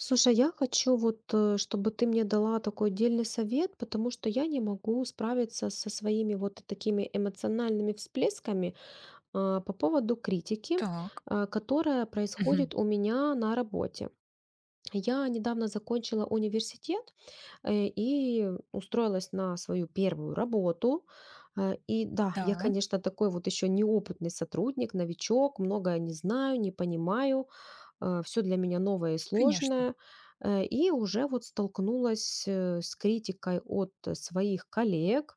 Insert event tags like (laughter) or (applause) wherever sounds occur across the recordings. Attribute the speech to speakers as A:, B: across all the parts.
A: Слушай, я хочу вот, чтобы ты мне дала такой отдельный совет, потому что я не могу справиться со своими вот такими эмоциональными всплесками а, по поводу критики,
B: Так.
A: а, которая
B: Мгм.
A: происходит у меня на работе. Я недавно закончила университет, и устроилась на свою первую работу. И да, я,
B: Да,
A: конечно, такой вот еще неопытный сотрудник, новичок, многое не знаю, не понимаю, все для меня новое и
B: конечно.
A: сложное. И уже вот столкнулась с критикой от своих коллег,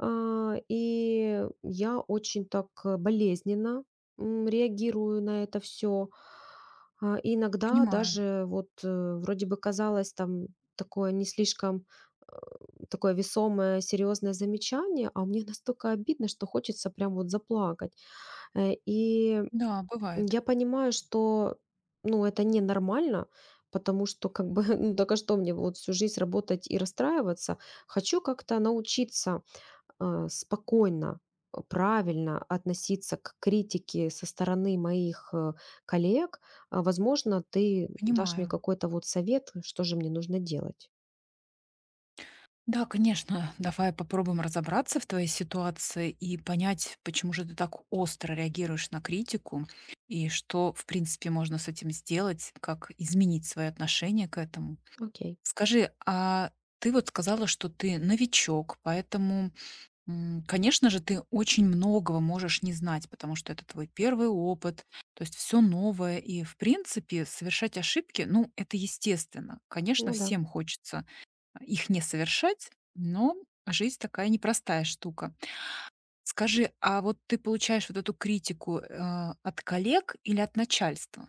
A: а, и я очень так, болезненно, реагирую на это все. Иногда
B: Понимаю.
A: даже вот, вроде бы казалось там такое не слишком, э, такое весомое, серьезное замечание, а мне настолько обидно, что хочется прям вот заплакать. И
B: Да, бывает.
A: я понимаю, что, ну, это ненормально, потому что как бы, (laughs) ну, так а что мне вот всю жизнь работать и расстраиваться? Хочу как-то научиться спокойно, правильно относиться к критике со стороны моих коллег, а, возможно, ты дашь мне
B: Понимаю.
A: какой-то вот совет, что же мне нужно делать.
B: Да, конечно. Давай попробуем разобраться в твоей ситуации и понять, почему же ты так остро реагируешь на критику и что, в принципе, можно с этим сделать, как изменить свое отношение к этому.
A: Окей,
B: Скажи, а ты вот сказала, что ты новичок, поэтому конечно же, ты очень многого можешь не знать, потому что это твой первый опыт, то есть все новое. И, в принципе, совершать ошибки, ну, это естественно. Конечно,
A: ну да.
B: всем хочется их не совершать, но жизнь такая непростая штука. Скажи, а вот ты получаешь вот эту критику от коллег или от начальства?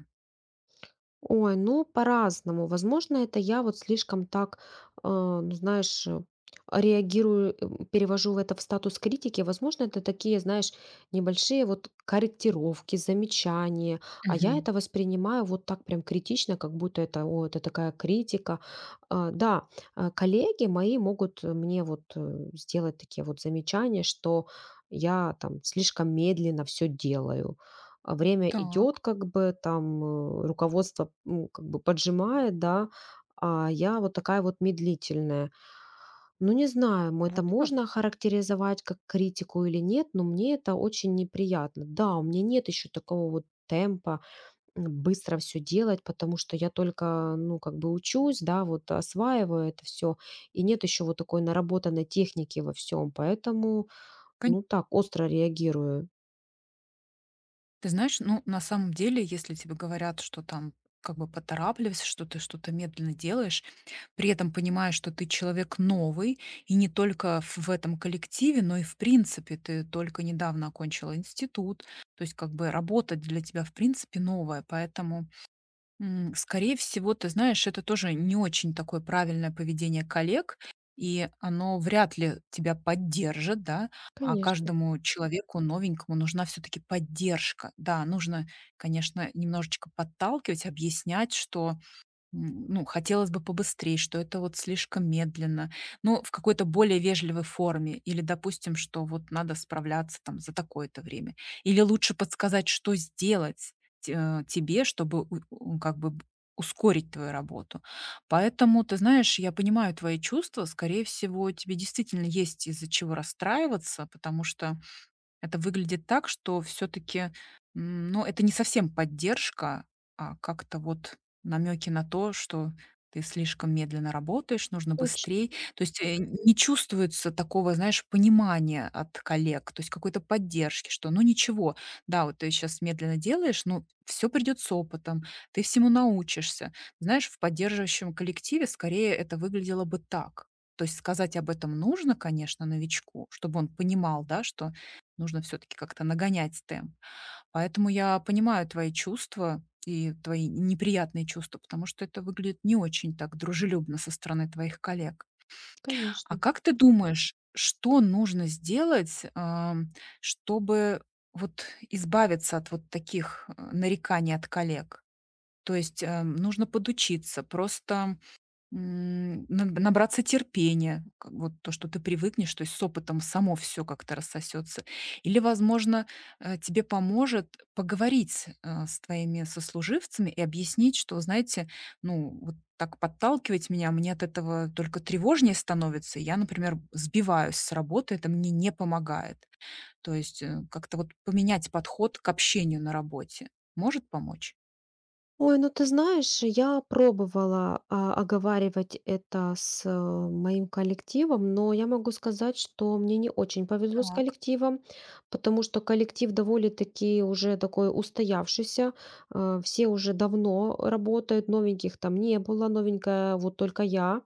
A: Ой, ну, по-разному. Возможно, это я вот слишком так, э, ну, знаешь, реагирую, перевожу в это в статус критики. Возможно, это такие, знаешь, небольшие вот корректировки, замечания. А я
B: Мгм.
A: это воспринимаю вот так прям критично, как будто это, о, это такая критика. А, да, а, коллеги мои могут мне вот сделать такие вот замечания, что я там слишком медленно все делаю, а время
B: Так,
A: идет, как бы там, руководство, ну, как бы поджимает, да, а я вот такая вот медлительная. Ну, не знаю, мо это
B: вот
A: можно
B: как.
A: охарактеризовать как критику или нет, но мне это очень неприятно. Да, у меня нет еще такого вот темпа, быстро все делать, потому что я только, ну, как бы учусь, да, вот осваиваю это все, и нет еще вот такой наработанной техники во всем, поэтому,
B: Кон-
A: ну, так остро реагирую.
B: Ты знаешь, ну, на самом деле, если тебе говорят, что там как бы поторапливайся, что ты что-то медленно делаешь, при этом понимаешь, что ты человек новый, и не только в этом коллективе, но и в принципе. Ты только недавно окончила институт, то есть как бы работа для тебя в принципе новая. Поэтому, скорее всего, ты знаешь, это тоже не очень такое правильное поведение коллег, и оно вряд ли тебя поддержит, да. А
A: Конечно,
B: каждому человеку новенькому нужна все таки поддержка. Да, нужно, конечно, немножечко подталкивать, объяснять, что ну, хотелось бы побыстрее, что это вот слишком медленно, ну, в какой-то более вежливой форме. Или, допустим, что вот надо справляться там за такое-то время. Или лучше подсказать, что сделать тебе, чтобы ускорить твою работу. Поэтому, ты знаешь, я понимаю твои чувства. Скорее всего, тебе действительно есть из-за чего расстраиваться, потому что это выглядит так, что все таки ну, это не совсем поддержка, а как-то вот намеки на то, что ты слишком медленно работаешь, нужно
A: точно,
B: быстрей. То есть, не чувствуется такого, знаешь, понимания от коллег, то есть какой-то поддержки, что ну ничего, да, вот ты сейчас медленно делаешь, но все придет с опытом, ты всему научишься. Знаешь, в поддерживающем коллективе скорее это выглядело бы так. То есть сказать об этом нужно, конечно, новичку, чтобы он понимал, да, что нужно все таки как-то нагонять темп. Поэтому я понимаю твои чувства и твои неприятные чувства, потому что это выглядит не очень так дружелюбно со стороны твоих коллег. А
A: конечно.
B: как ты думаешь, что нужно сделать, чтобы вот избавиться от вот таких, нареканий от коллег? То есть, нужно подучиться, просто набраться терпения, как вот то, что ты привыкнешь, то есть с опытом само все как-то рассосется. Или, возможно, тебе поможет поговорить, с твоими сослуживцами и объяснить, что, знаете, ну, вот так подталкивать меня, а мне от этого только тревожнее становится. Я, например, сбиваюсь с работы, это мне не помогает. То есть, как-то вот поменять подход к общению на работе может помочь?
A: Ой, ну ты знаешь, я пробовала, а, оговаривать это с, моим коллективом, но я могу сказать, что мне не очень повезло с
B: Так,
A: коллективом, потому что коллектив довольно-таки уже такой устоявшийся. Все уже давно работают, новеньких там не было, новенькая вот только я,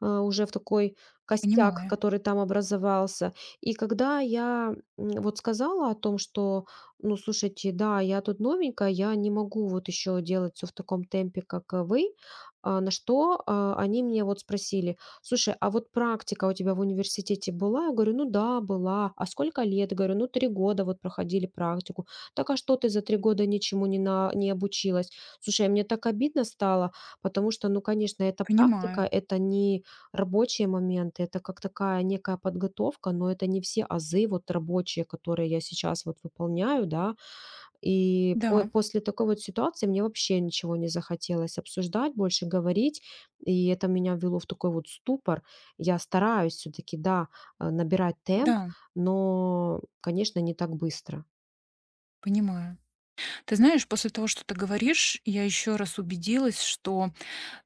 A: а, уже в такой костяк,
B: понимаю,
A: который там образовался. И когда я вот сказала о том, что, ну, слушайте, да, я тут новенькая, я не могу вот еще делать все в таком темпе, как вы, а, на что а, они мне вот спросили: слушай, а вот практика у тебя в университете была? Я говорю: ну да, была. А сколько лет? Говорю: ну 3 года вот проходили практику. Так а что ты за 3 года ничему не, на, не обучилась? Слушай, мне так обидно стало, потому что, ну, конечно, это практика,
B: понимаю.
A: это не рабочие моменты- это как такая некая подготовка, но это не все азы вот рабочие, которые я сейчас вот выполняю, да. И по
B: Да,
A: после такой вот ситуации мне вообще ничего не захотелось обсуждать, больше говорить, и это меня ввело в такой вот ступор. Я стараюсь все таки да, набирать темп,
B: да,
A: но, конечно, не так быстро.
B: понимаю. Ты знаешь, после того, что ты говоришь, я еще раз убедилась, что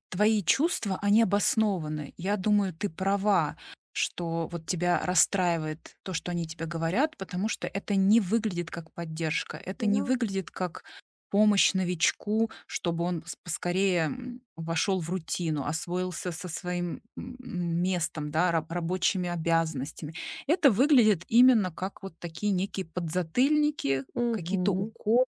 B: твои чувства, они обоснованы. Я думаю, ты права, что вот тебя расстраивает то, что они тебе говорят, потому что это не выглядит как поддержка, это не
A: Да.
B: выглядит как помощь новичку, чтобы он поскорее вошел в рутину, освоился со своим местом, да, рабочими обязанностями. Это выглядит именно как вот такие некие подзатыльники, какие-то
A: Мгм.
B: уколы.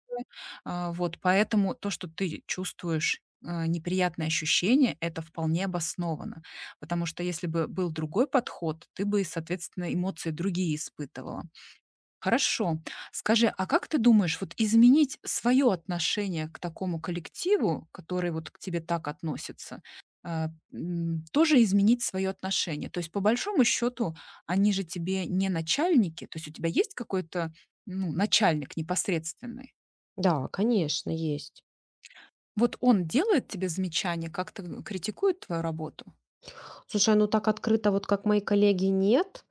B: Вот, поэтому то, что ты чувствуешь неприятные ощущения, это вполне обосновано, потому что если бы был другой подход, ты бы, соответственно, эмоции другие испытывала. Хорошо. Скажи, а как ты думаешь, вот изменить свое отношение к такому коллективу, который вот к тебе так относится, тоже изменить свое отношение? То есть, по большому счету, они же тебе не начальники, то есть у тебя есть какой-то ну, начальник непосредственный.
A: Да, конечно, есть.
B: Вот он делает тебе замечания, как-то критикует твою работу?
A: Слушай, ну так открыто, вот как мои коллеги, нет.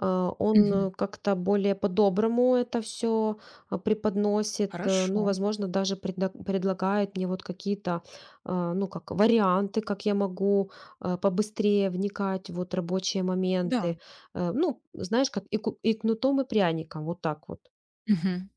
A: А, он
B: Мгм.
A: как-то более по-доброму это все преподносит, ну,
B: Хорошо.
A: возможно, даже предлагает мне вот какие-то, а, ну, как варианты, как я могу а, побыстрее вникать в вот рабочие
B: Да.
A: моменты. Ну, знаешь, как и и кнутом, и пряником, вот так вот.
B: Мгм.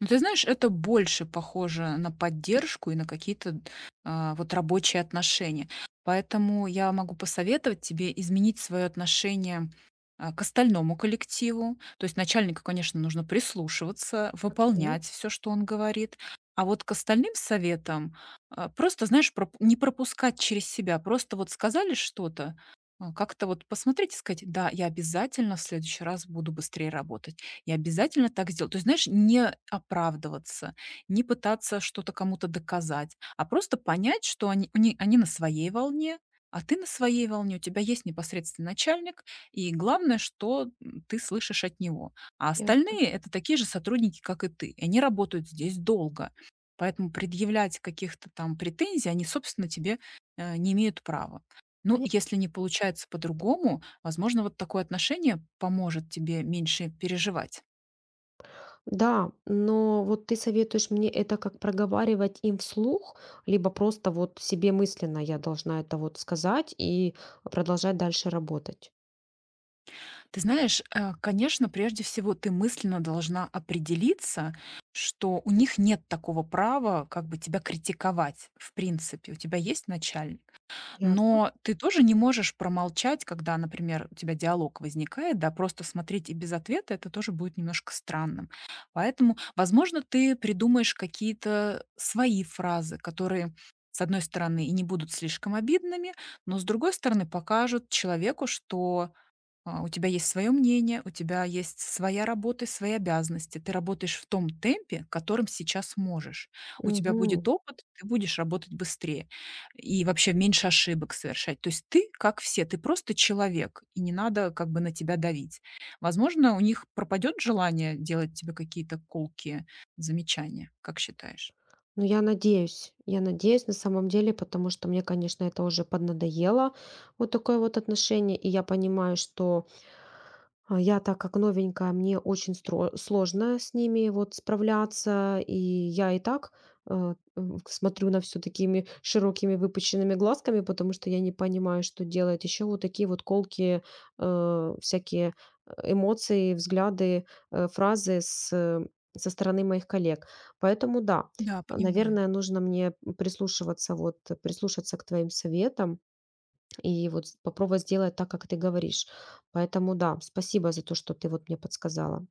B: Ну, ты знаешь, это больше похоже на поддержку и на какие-то, вот рабочие отношения. Поэтому я могу посоветовать тебе изменить свое отношение, к остальному коллективу. То есть начальнику, конечно, нужно прислушиваться,
A: Окей,
B: выполнять все, что он говорит. А вот к остальным советам, просто, знаешь, проп не пропускать через себя. Просто вот сказали что-то, как-то вот посмотреть и сказать: "Да, я обязательно в следующий раз буду быстрее работать". Я обязательно так сделаю. То есть, знаешь, не оправдываться, не пытаться что-то кому-то доказать, а просто понять, что они на своей волне, а ты на своей волне, у тебя есть непосредственный начальник, и главное, что ты слышишь от него. А
A: ясно.
B: остальные– это такие же сотрудники, как и ты. Они работают здесь долго, поэтому предъявлять каких-то там претензий они, собственно, тебе не имеют права. Ну, если не получается по-другому, возможно, вот такое отношение поможет тебе меньше переживать.
A: Да, но вот ты советуешь мне это как проговаривать им вслух, либо просто вот себе мысленно я должна это вот сказать и продолжать дальше работать.
B: Ты знаешь, конечно, прежде всего ты мысленно должна определиться, что у них нет такого права как бы тебя критиковать в принципе. У тебя есть начальник.
A: Ясно.
B: Но ты тоже не можешь промолчать, когда, например, у тебя диалог возникает, да, просто смотреть и без ответа это тоже будет немножко странным. Поэтому, возможно, ты придумаешь какие-то свои фразы, которые с одной стороны, и не будут слишком обидными, но с другой стороны покажут человеку, что у тебя есть свое мнение, у тебя есть своя работа и свои обязанности. Ты работаешь в том темпе, которым сейчас можешь. У тебя будет
A: Мгм.
B: опыт, ты будешь работать быстрее и вообще меньше ошибок совершать. То есть ты, как все, ты просто человек, и не надо как бы на тебя давить. Возможно, у них пропадет желание делать тебе какие-то колкие замечания, как считаешь?
A: Ну, я надеюсь. Я надеюсь, на самом деле, потому что мне, конечно, это уже поднадоело, вот такое вот отношение. И я понимаю, что а, я, так как новенькая, мне очень сложно с ними вот справляться. И я и так смотрю на все такими широкими выпущенными глазками, потому что я не понимаю, что делать. Еще вот такие вот колки, всякие эмоции, взгляды, фразы с, со стороны моих коллег. Поэтому да,
B: Да,
A: а,
B: понимаю.
A: наверное, нужно мне прислушиваться, вот, прислушаться к твоим советам и вот попробовать сделать так, как ты говоришь. Поэтому да, спасибо за то, что ты вот мне подсказала.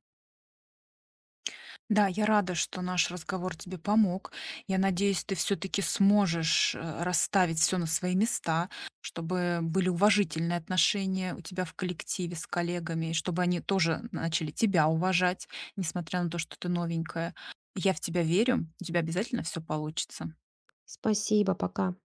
B: Да, я рада, что наш разговор тебе помог. Я надеюсь, ты все-таки сможешь расставить все на свои места, чтобы были уважительные отношения у тебя в коллективе с коллегами, и чтобы они тоже начали тебя уважать, несмотря на то, что ты новенькая. Я в тебя верю, у тебя обязательно все получится.
A: Спасибо, пока.